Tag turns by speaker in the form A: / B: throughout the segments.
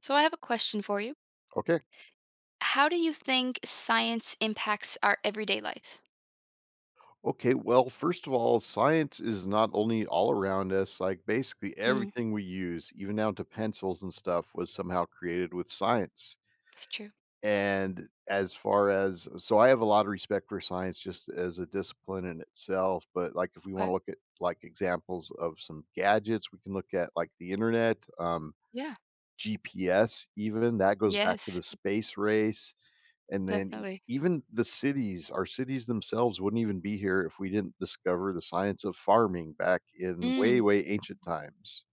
A: So I have a question for you.
B: Okay.
A: How do you think science impacts our everyday life?
B: Okay. Well, first of all, science is not only all around us. Like basically
A: Mm,
B: everything we use, even down to pencils and stuff, was somehow created with science.
A: that's true.
B: And as far as so, I have a lot of respect for science just as a discipline in itself. But like, if we want
A: Okay.
B: to look at like examples of some gadgets, we can look at like the internet,
A: Yeah.
B: GPS, even that goes back to
A: Yes,
B: the space race, and then
A: definitely.
B: even the cities our cities themselves wouldn't even be here if we didn't discover the science of farming back in way,
A: Mm,
B: way ancient times.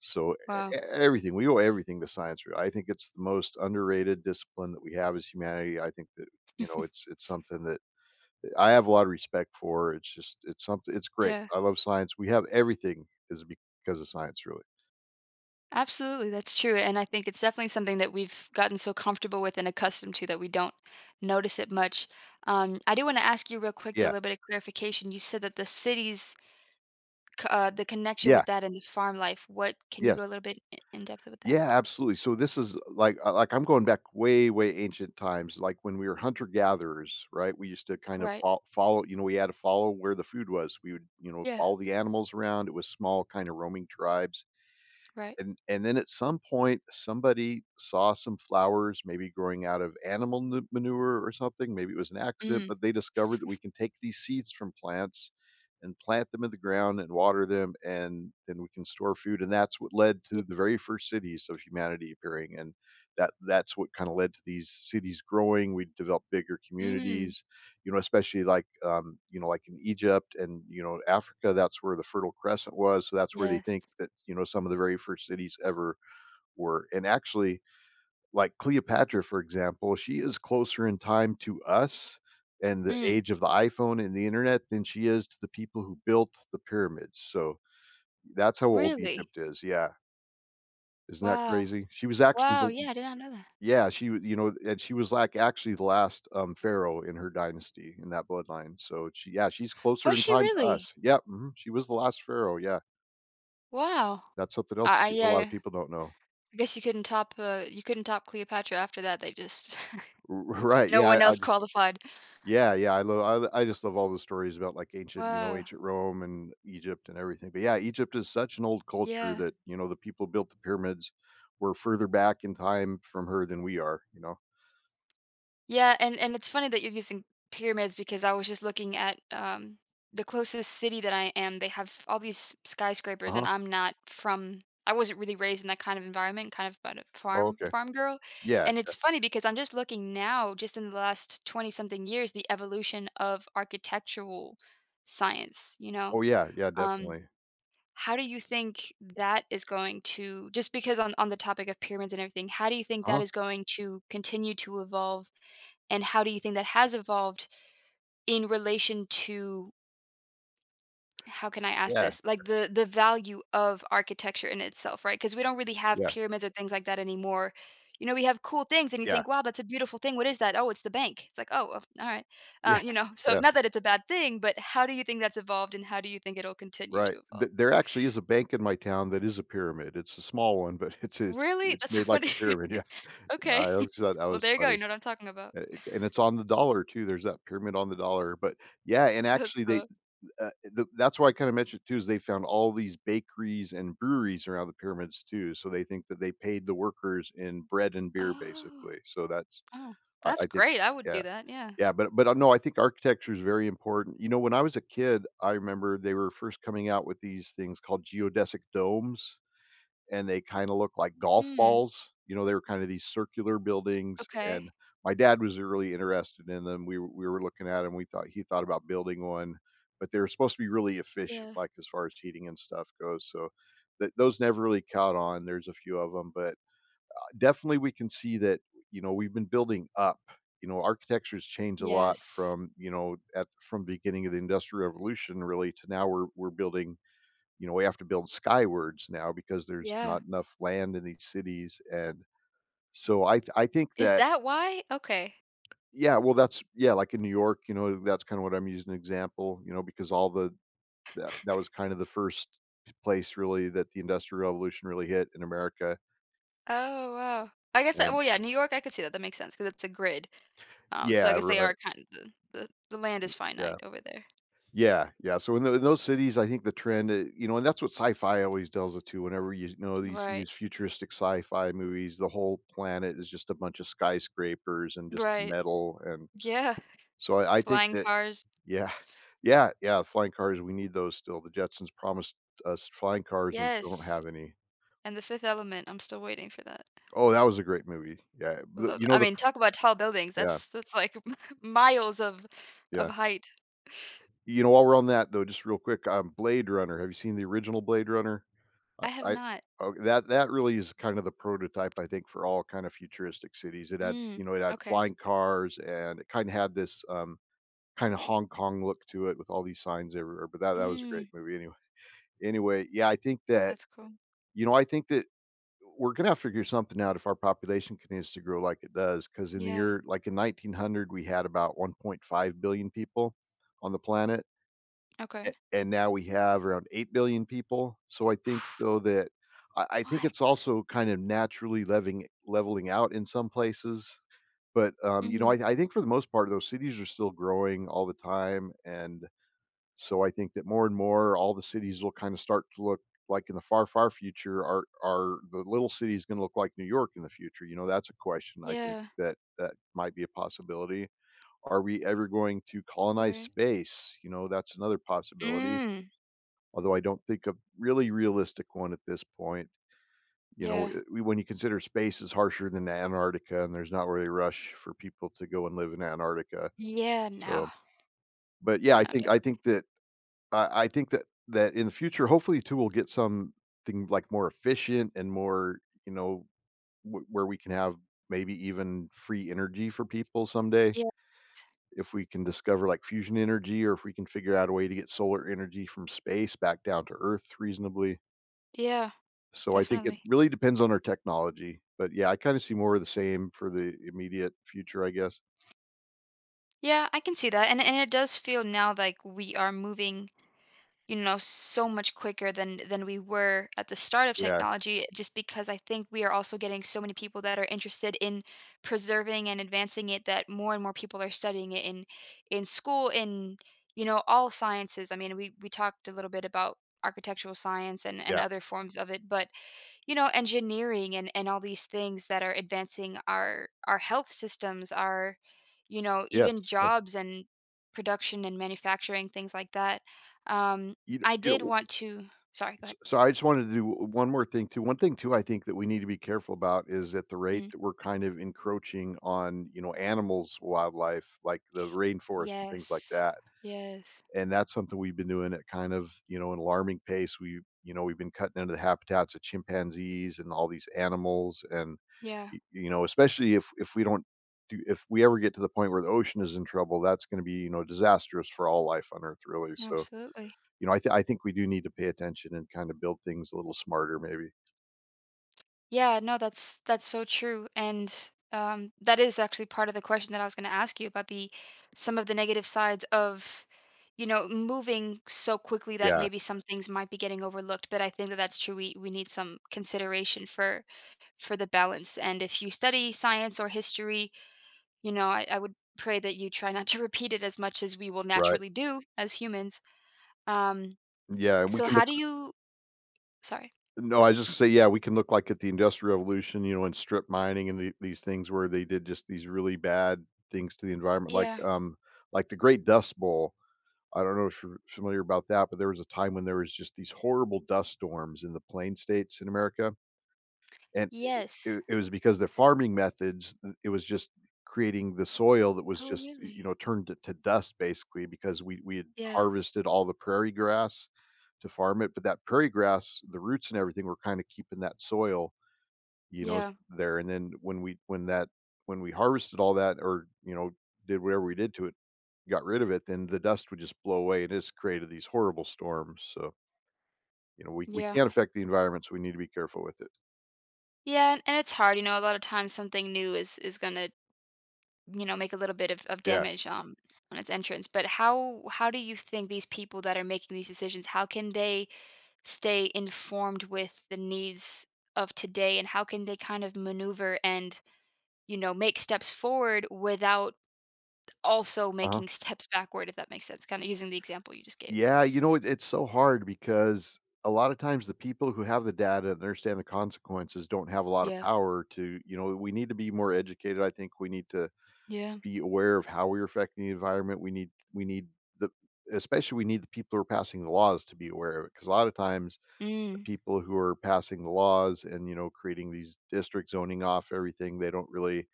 B: So
A: wow.
B: everything, we owe everything to science really. I think it's the most underrated discipline that we have as humanity. I think that you know it's it's something that I have a lot of respect for. It's just, it's something, it's great.
A: Yeah,
B: I love science. We have everything is because of science really.
A: absolutely. That's true. And I think it's definitely something that we've gotten so comfortable with and accustomed to that we don't notice it much. I do want to ask you real quick, though, a
B: Yeah,
A: little bit of clarification. You said that the cities, the connection
B: yeah,
A: with that and the farm life. What can you go
B: yes.
A: a little bit in depth with that?
B: Yeah, absolutely. So this is like I'm going back way, way ancient times. Like when we were hunter gatherers, right? We used to kind of
A: Right.
B: follow. You know, we had to follow where the food was. We would, you know,
A: Yeah.
B: follow the animals around. It was small, kind of roaming tribes.
A: Right.
B: And then at some point, somebody saw some flowers maybe growing out of animal nu manure or something, maybe it was an accident,
A: Mm.
B: but they discovered that we can take these seeds from plants and plant them in the ground and water them, and then we can store food, and that's what led
A: Yeah.
B: to the very first cities of humanity appearing, and that's what kinda led to these cities growing. We developed bigger
A: Mm.
B: communities, you know, especially like, you know, like in Egypt and, you know, Africa, that's where the Fertile Crescent was. So that's where they
A: Yes.
B: think that, you know, some of the very first cities ever were. And actually, like Cleopatra, for example, she is closer in time to us and the
A: Mm,
B: age of the iPhone and the internet than she is to the people who built the pyramids. So that's how old
A: really?
B: Egypt is. Yeah. Isn't that
A: Wow.
B: crazy? She was actually
A: Wow,
B: the
A: yeah, I did not know that.
B: yeah, she w you know, and she was, like, actually the last, pharaoh in her dynasty, in that bloodline, so she yeah, she's closer
A: Was
B: in
A: she
B: time to
A: really?
B: us. Yep, mhm, she was the last pharaoh, yeah.
A: Wow.
B: That's something else
A: I
B: a
A: yeah,
B: lot of
A: yeah.
B: people don't know.
A: I guess you couldn't top Cleopatra after that, they just
B: R right,
A: no
B: yeah,
A: one
B: I
A: else
B: just
A: qualified.
B: yeah, yeah, I love I just love all the stories about, like, ancient, you know,
A: Wow,
B: ancient Rome and Egypt and everything, but yeah, Egypt is such an old culture
A: yeah.
B: that, you know, the people who built the pyramids were further back in time from her than we are, you know?
A: Yeah, and it's funny that you're using pyramids because I was just looking at the closest city that I am. They have all these skyscrapers, and
B: Uh-huh.
A: I'm not from. I wasn't really raised in that kind of environment, kind of but a
B: Oh,
A: farm
B: okay.
A: farm girl.
B: Yeah,
A: And
B: yeah.
A: it's funny because I'm just looking now, just in the last twenty something years, the evolution of architectural science. You know,
B: Oh, yeah, yeah,
A: um,
B: definitely.
A: how do you think that is going to? Just because on the topic of pyramids and everything, how do you think that
B: Uh-huh.
A: is going to continue to evolve? And how do you think that has evolved in relation to how can I ask
B: Yeah,
A: this? Like the value of architecture in itself, right? Because we don't really have
B: yeah.
A: pyramids or things like that anymore. You know, we have cool things, and you
B: Yeah.
A: think, "Wow, that's a beautiful thing. What is that? Oh, it's the bank." It's like, "Oh, well, all right."
B: Yeah.
A: You know, so
B: Yeah.
A: not that it's a bad thing, but how do you think that's evolved, and how do you think it'll continue
B: Right.
A: to evolve?
B: Th There actually is a bank in my town that is a pyramid. It's a small one, but it's it's
A: Really,
B: it's
A: that's so
B: made like
A: funny.
B: a pyramid. Yeah.
A: Okay,
B: I always thought that
A: well,
B: was
A: there you go. You
B: funny.
A: know what I'm talking about.
B: It and it's on the dollar too. There's that pyramid on the dollar. But yeah, and
A: That's
B: actually they
A: cool.
B: the that's why I kinda mentioned too is they found all these bakeries and breweries around the pyramids too. So they think that they paid the workers in bread and beer
A: Oh,
B: basically. So that's
A: oh, that's
B: I think
A: great. I would do
B: yeah.
A: that. Yeah.
B: Yeah, but no, I think architecture is very important. You know, when I was a kid, I remember they were first coming out with these things called geodesic domes, and they kinda look like golf
A: Hmm.
B: balls. You know, they were kind of these circular buildings,
A: Okay.
B: and my dad was really interested in them. We were looking at them. We thought he thought about building one, but they were supposed to be really efficient,
A: Yeah.
B: like, as far as heating and stuff goes, so th those never really caught on. There's a few of them, but definitely we can see that, you know, we've been building up, you know, architecture's changed a lot
A: Yes.
B: from, you know, at from the beginning of the Industrial Revolution really to now. We're building, you know, we have to build skywards now because there's
A: Yeah.
B: not enough land in these cities. And so I think
A: Is
B: that
A: that why? Okay.
B: yeah, well that's yeah, like in New York, you know, that's kind of what I'm using an example, you know, because all the that was kind of the first place really that the Industrial Revolution really hit in America.
A: Oh, wow. I guess that
B: And
A: well, yeah, New York, I could see that, that makes sense because it's a grid, so
B: yeah,
A: I guess they
B: right,
A: are kind of the the land is finite
B: yeah.
A: over there.
B: Yeah, yeah, so in tho in those cities, I think the trend, you know, and that's what sci-fi always tells it to. Whenever, you know,
A: Right.
B: these futuristic sci-fi movies, the whole planet is just a bunch of skyscrapers and just
A: Right.
B: metal, and
A: Yeah.
B: so I think
A: Flying
B: that
A: cars.
B: yeah, yeah, yeah, flying cars, we need those still. The Jetsons promised us flying cars, and we still don't
A: Yes.
B: have any.
A: And The Fifth Element, I'm still waiting for that.
B: Oh, that was a great movie. Yeah, but
A: Love
B: you
A: that. I
B: know the
A: mean,
B: pr
A: talk about tall buildings,
B: yeah,
A: that's like miles of
B: yeah.
A: height.
B: You know, while we're on that though, just real quick, Blade Runner, have you seen the original Blade Runner?
A: I have
B: I
A: not.
B: oh, that really is kind of the prototype, I think, for all kind of futuristic cities. It had,
A: Mm.
B: you know, it had
A: Okay.
B: flying cars and it kind of had this kind of Hong Kong look to it with all these signs everywhere. But that was a great
A: Mm,
B: movie anyway. Anyway, yeah, I think that,
A: that's cool.
B: you know, I think that we're gonna have to figure something out if our population continues to grow like it does. Because in the
A: Yeah.
B: year, like in 1900, we had about 1.5 billion people on the planet,
A: Okay.
B: and now we have around 8 billion people. So I think though that I think
A: What?
B: it's also kind of naturally leveling out in some places. But you know,
A: Mhm.
B: I think for the most part, those cities are still growing all the time, and so I think that more and more, all the cities will kind of start to look like in the far, far future. Are the little cities going to look like New York in the future? You know, that's a question I think
A: Yeah,
B: that that might be a possibility. Are we ever going to colonize
A: right.
B: space? You know, that's another possibility,
A: Mm,
B: although I don't think a really realistic one at this point. You know,
A: yeah.
B: when you consider space is harsher than Antarctica, and there's not really a rush for people to go and live in Antarctica.
A: Yeah, no.
B: So, but yeah, I
A: No,
B: think I
A: definitely.
B: think that I think that that in the future, hopefully, too, we'll get something like more efficient and more, you know, where we can have maybe even free energy for people someday.
A: Yeah.
B: If we can discover like fusion energy, or if we can figure out a way to get solar energy from space back down to Earth reasonably,
A: Yeah,
B: so I think it
A: definitely.
B: really depends on our technology, but yeah, I kinda see more of the same for the immediate future, I guess.
A: Yeah, I can see that. And it does feel now like we are moving, you know, so much quicker than we were at the start of
B: Yeah,
A: technology, just because I think we are also getting so many people that are interested in preserving and advancing it that more and more people are studying it in school, in, you know, all sciences. I mean, we talked a little bit about architectural science and
B: yeah.
A: other forms of it, but you know, engineering and all these things that are advancing our health systems, our you know,
B: Yes,
A: even
B: yes.
A: jobs and production and manufacturing things like that. um
B: You know,
A: I
B: you
A: did
B: know,
A: want to sorry go
B: s
A: ahead.
B: so I just wanted to do one more thing too. One thing too I think that we need to be careful about is at the rate
A: Mm,
B: that we're kind of encroaching on, you know, animals, wildlife, like the rainforest and things like
A: yes,
B: that.
A: yes,
B: And that's something we've been doing at kind of, you know, an alarming pace. We You know, we've been cutting into the habitats of chimpanzees and all these animals, and
A: yeah,
B: you know, especially if we don't do, if we ever get to the point where the ocean is in trouble, that's going to be, you know, disastrous for all life on Earth really. So
A: absolutely.
B: you know, I think we do need to pay attention and kind of build things a little smarter maybe.
A: Yeah, no, that's so true. And that is actually part of the question that I was going to ask you about the some of the negative sides of, you know, moving so quickly that
B: Yeah,
A: maybe some things might be getting overlooked. But I think that that's true. We need some consideration for the balance. And if you study science or history, you know, I would pray that you try not to repeat it as much as we will
B: right,
A: naturally do as humans. Um,
B: yeah, and we
A: so
B: can
A: how do you? Sorry.
B: no, I just say, yeah, we can look like at the Industrial Revolution, you know, and strip mining and these things where they did just these really bad things to the environment,
A: Yeah.
B: like the Great Dust Bowl. I don't know if you're familiar about that, but there was a time when there was just these horrible dust storms in the plain states in America, and
A: Yes.
B: it was because the farming methods. It was just creating the soil that was
A: Oh,
B: just, you
A: really?
B: know, turned to dust basically because we had
A: Yeah.
B: harvested all the prairie grass to farm it. But that prairie grass, the roots and everything were kinda keeping that soil, you know,
A: Yeah.
B: there. And then when we when that when we harvested all that or, you know, did whatever we did to it, got rid of it, then the dust would just blow away and it's created these horrible storms. So, you know, we
A: Yeah.
B: can not affect the environment, so we need to be careful with it.
A: Yeah, and it's hard, you know, a lot of times something new is going to, you know, make a little bit of
B: Yeah.
A: damage on its entrance. But how do you think these people that are making these decisions, how can they stay informed with the needs of today and how can they kind of maneuver and, you know, make steps forward without also
B: Uh-huh.
A: making steps backward if that makes sense. Kind of using the example you just gave.
B: Yeah, you know, it's so hard because a lot of times the people who have the data and understand the consequences don't have a lot of
A: Yeah.
B: power to, you know, we need to be more educated, I think we need to
A: Yeah.
B: be aware of how we're affecting the environment. We need the especially we need the people who are passing the laws to be aware of it, because a lot of times
A: Mm.
B: people who are passing the laws and, you know, creating these districts, zoning off everything, they don't really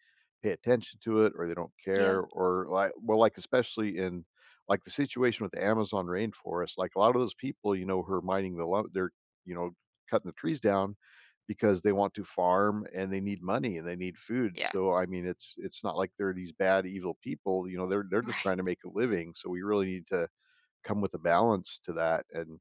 B: pay attention to it, or they don't
A: Yeah.
B: care. Or like, well, like especially in, like, the situation with the Amazon rainforest, like a lot of those people, you know, who are mining the lump, they're, you know, cutting the trees down because they want to farm and they need money and they need food.
A: Yeah.
B: So I mean, it's not like they're these bad evil people, you know, they're just
A: Right.
B: trying to make a living. So we really need to come with a balance to that. And,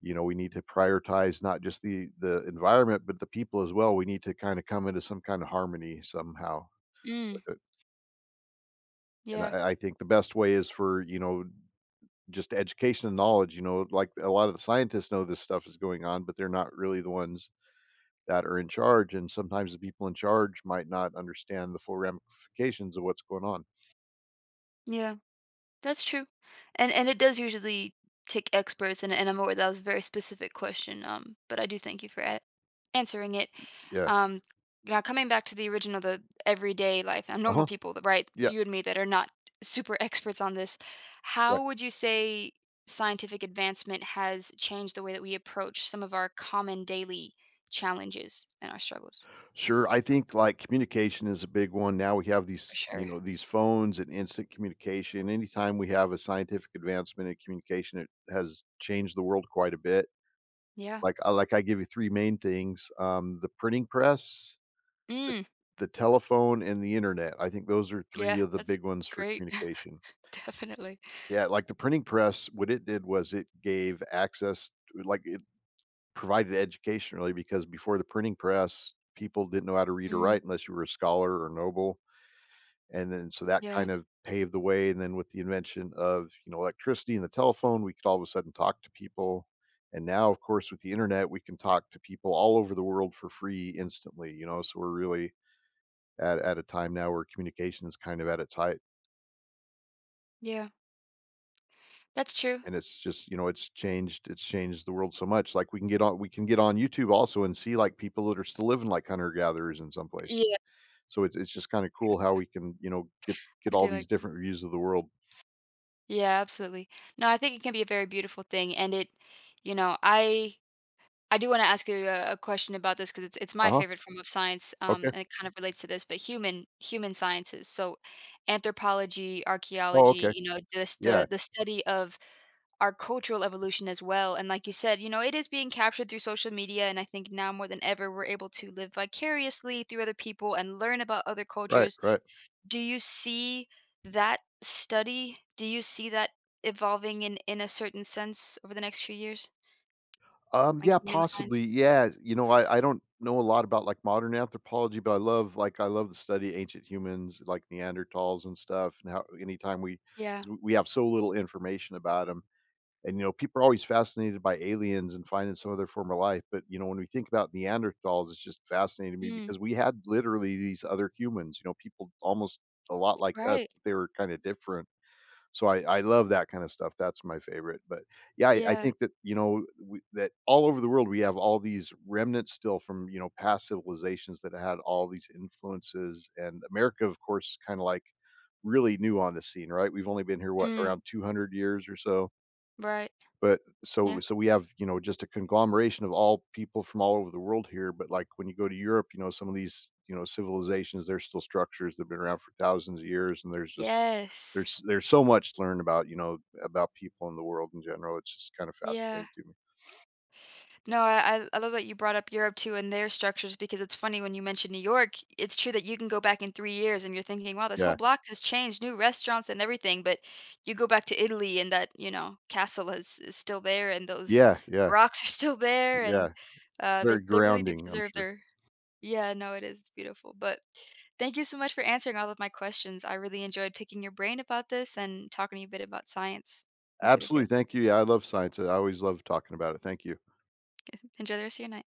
B: you know, we need to prioritize not just the environment, but the people as well. We need to kind of come into some kind of harmony somehow
A: Mm.
B: with it. And
A: Yeah.
B: I think the best way is for, you know, just education and knowledge. You know, like a lot of the scientists know this stuff is going on, but they're not really the ones that are in charge. And sometimes the people in charge might not understand the full ramifications of what's going on.
A: Yeah. That's true. And it does usually take experts and I'm aware that was a very specific question. But I do thank you for answering it.
B: Yeah.
A: Um, now coming back to the original, the everyday life and
B: Uh
A: normal
B: huh.
A: people, that- right?
B: Yeah.
A: You and me that are not super experts on this. How would you say scientific advancement has changed the way that we approach some of our common daily challenges and our struggles?
B: Sure. I think like communication is a big one. Now we have
A: For
B: these, you
A: sure.
B: know, these phones and instant communication. Anytime we have a scientific advancement in communication, it has changed the world quite a bit.
A: Yeah.
B: Like, I give you three main things: the printing press, the,
A: Mm,
B: the telephone, and the internet. I think those are three
A: yeah.
B: of the
A: That's
B: big ones for
A: great.
B: communication.
A: Definitely.
B: Yeah, like the printing press, what it did was it gave access like it provided education, really, because before the printing press, people didn't know how to read or
A: Mm,
B: write unless you were a scholar or noble. And then so that
A: yeah.
B: kind of paved the way. And then with the invention of, you know, electricity and the telephone, we could all of a sudden talk to people. And now, of course, with the internet, we can talk to people all over the world for free instantly, you know. So we're really at a time now where communication is kind of at its height.
A: Yeah. That's true.
B: And it's just, you know, it's changed the world so much. Like we can get on YouTube also and see like people that are still living like hunter gatherers in some places.
A: Yeah,
B: So it's just kind of cool how we can, you know, get
A: I
B: all
A: do
B: these
A: like
B: different views of the world.
A: yeah, absolutely. No, I think it can be a very beautiful thing, and it you know, I do wanna ask you a question about this because it's my
B: Uh-huh.
A: favorite form of science,
B: Okay.
A: and it kind of relates to this, but human sciences, so anthropology,
B: Oh,
A: archaeology,
B: okay.
A: you know, just
B: Yeah.
A: the study of our cultural evolution as well, and like you said, you know, it is being captured through social media, and I think now more than ever, we're able to live vicariously through other people and learn about other
B: Right,
A: cultures.
B: right.
A: Do you see that study, do you see that evolving in a certain sense over the next few years? Like
B: Yeah,
A: human
B: possibly.
A: sciences?
B: Yeah, you know, I don't know a lot about like modern anthropology, but I love to study ancient humans, like Neanderthals and stuff, and how anytime we,
A: Yeah.
B: 'cause we have so little information about them. And you know, people are always fascinated by aliens and finding some of their former life. But you know, when we think about Neanderthals, it's just fascinating to me
A: Mm,
B: because we had literally these other humans, you know, people almost a lot like us,
A: right.
B: but they were kind of different. So I love that kind of stuff, that's my favorite. But yeah, I
A: Yeah.
B: think that, you know, we that all over the world, we have all these remnants still from, you know, past civilizations that had all these influences. And America, of course, is kinda like really new on the scene, right? We've only been here, what,
A: Mm,
B: around 200 years or so?
A: right.
B: But so
A: Yeah.
B: so we have, you know, just a conglomeration of all people from all over the world here. But like, when you go to Europe, you know, some of these, you know, civilizations, there's still structures that have been around for thousands of years. And there's just
A: Yes.
B: there's so much to learn about, you know, about people in the world in general. It's just kind of
A: Yeah.
B: fascinating to me.
A: No, I I love that you brought up Europe too and their structures because it's funny when you mention New York, it's true that you can go back in 3 years and you're thinking, "Wow, this whole
B: Yeah.
A: block has changed, new restaurants and everything," but you go back to Italy and that, you know, castle is still there and those
B: Yeah, yeah,
A: rocks are still there
B: yeah.
A: and,
B: It's very
A: they really do
B: grounding, I'm
A: preserve
B: sure.
A: their yeah, no, it is, it's beautiful, but thank you so much for answering all of my questions. I really enjoyed picking your brain about this and talking to you a bit about science. It was really
B: Absolutely,
A: great.
B: thank you. Yeah, I love science. I always love talking about it. Thank you.
A: Enjoy the rest of your night.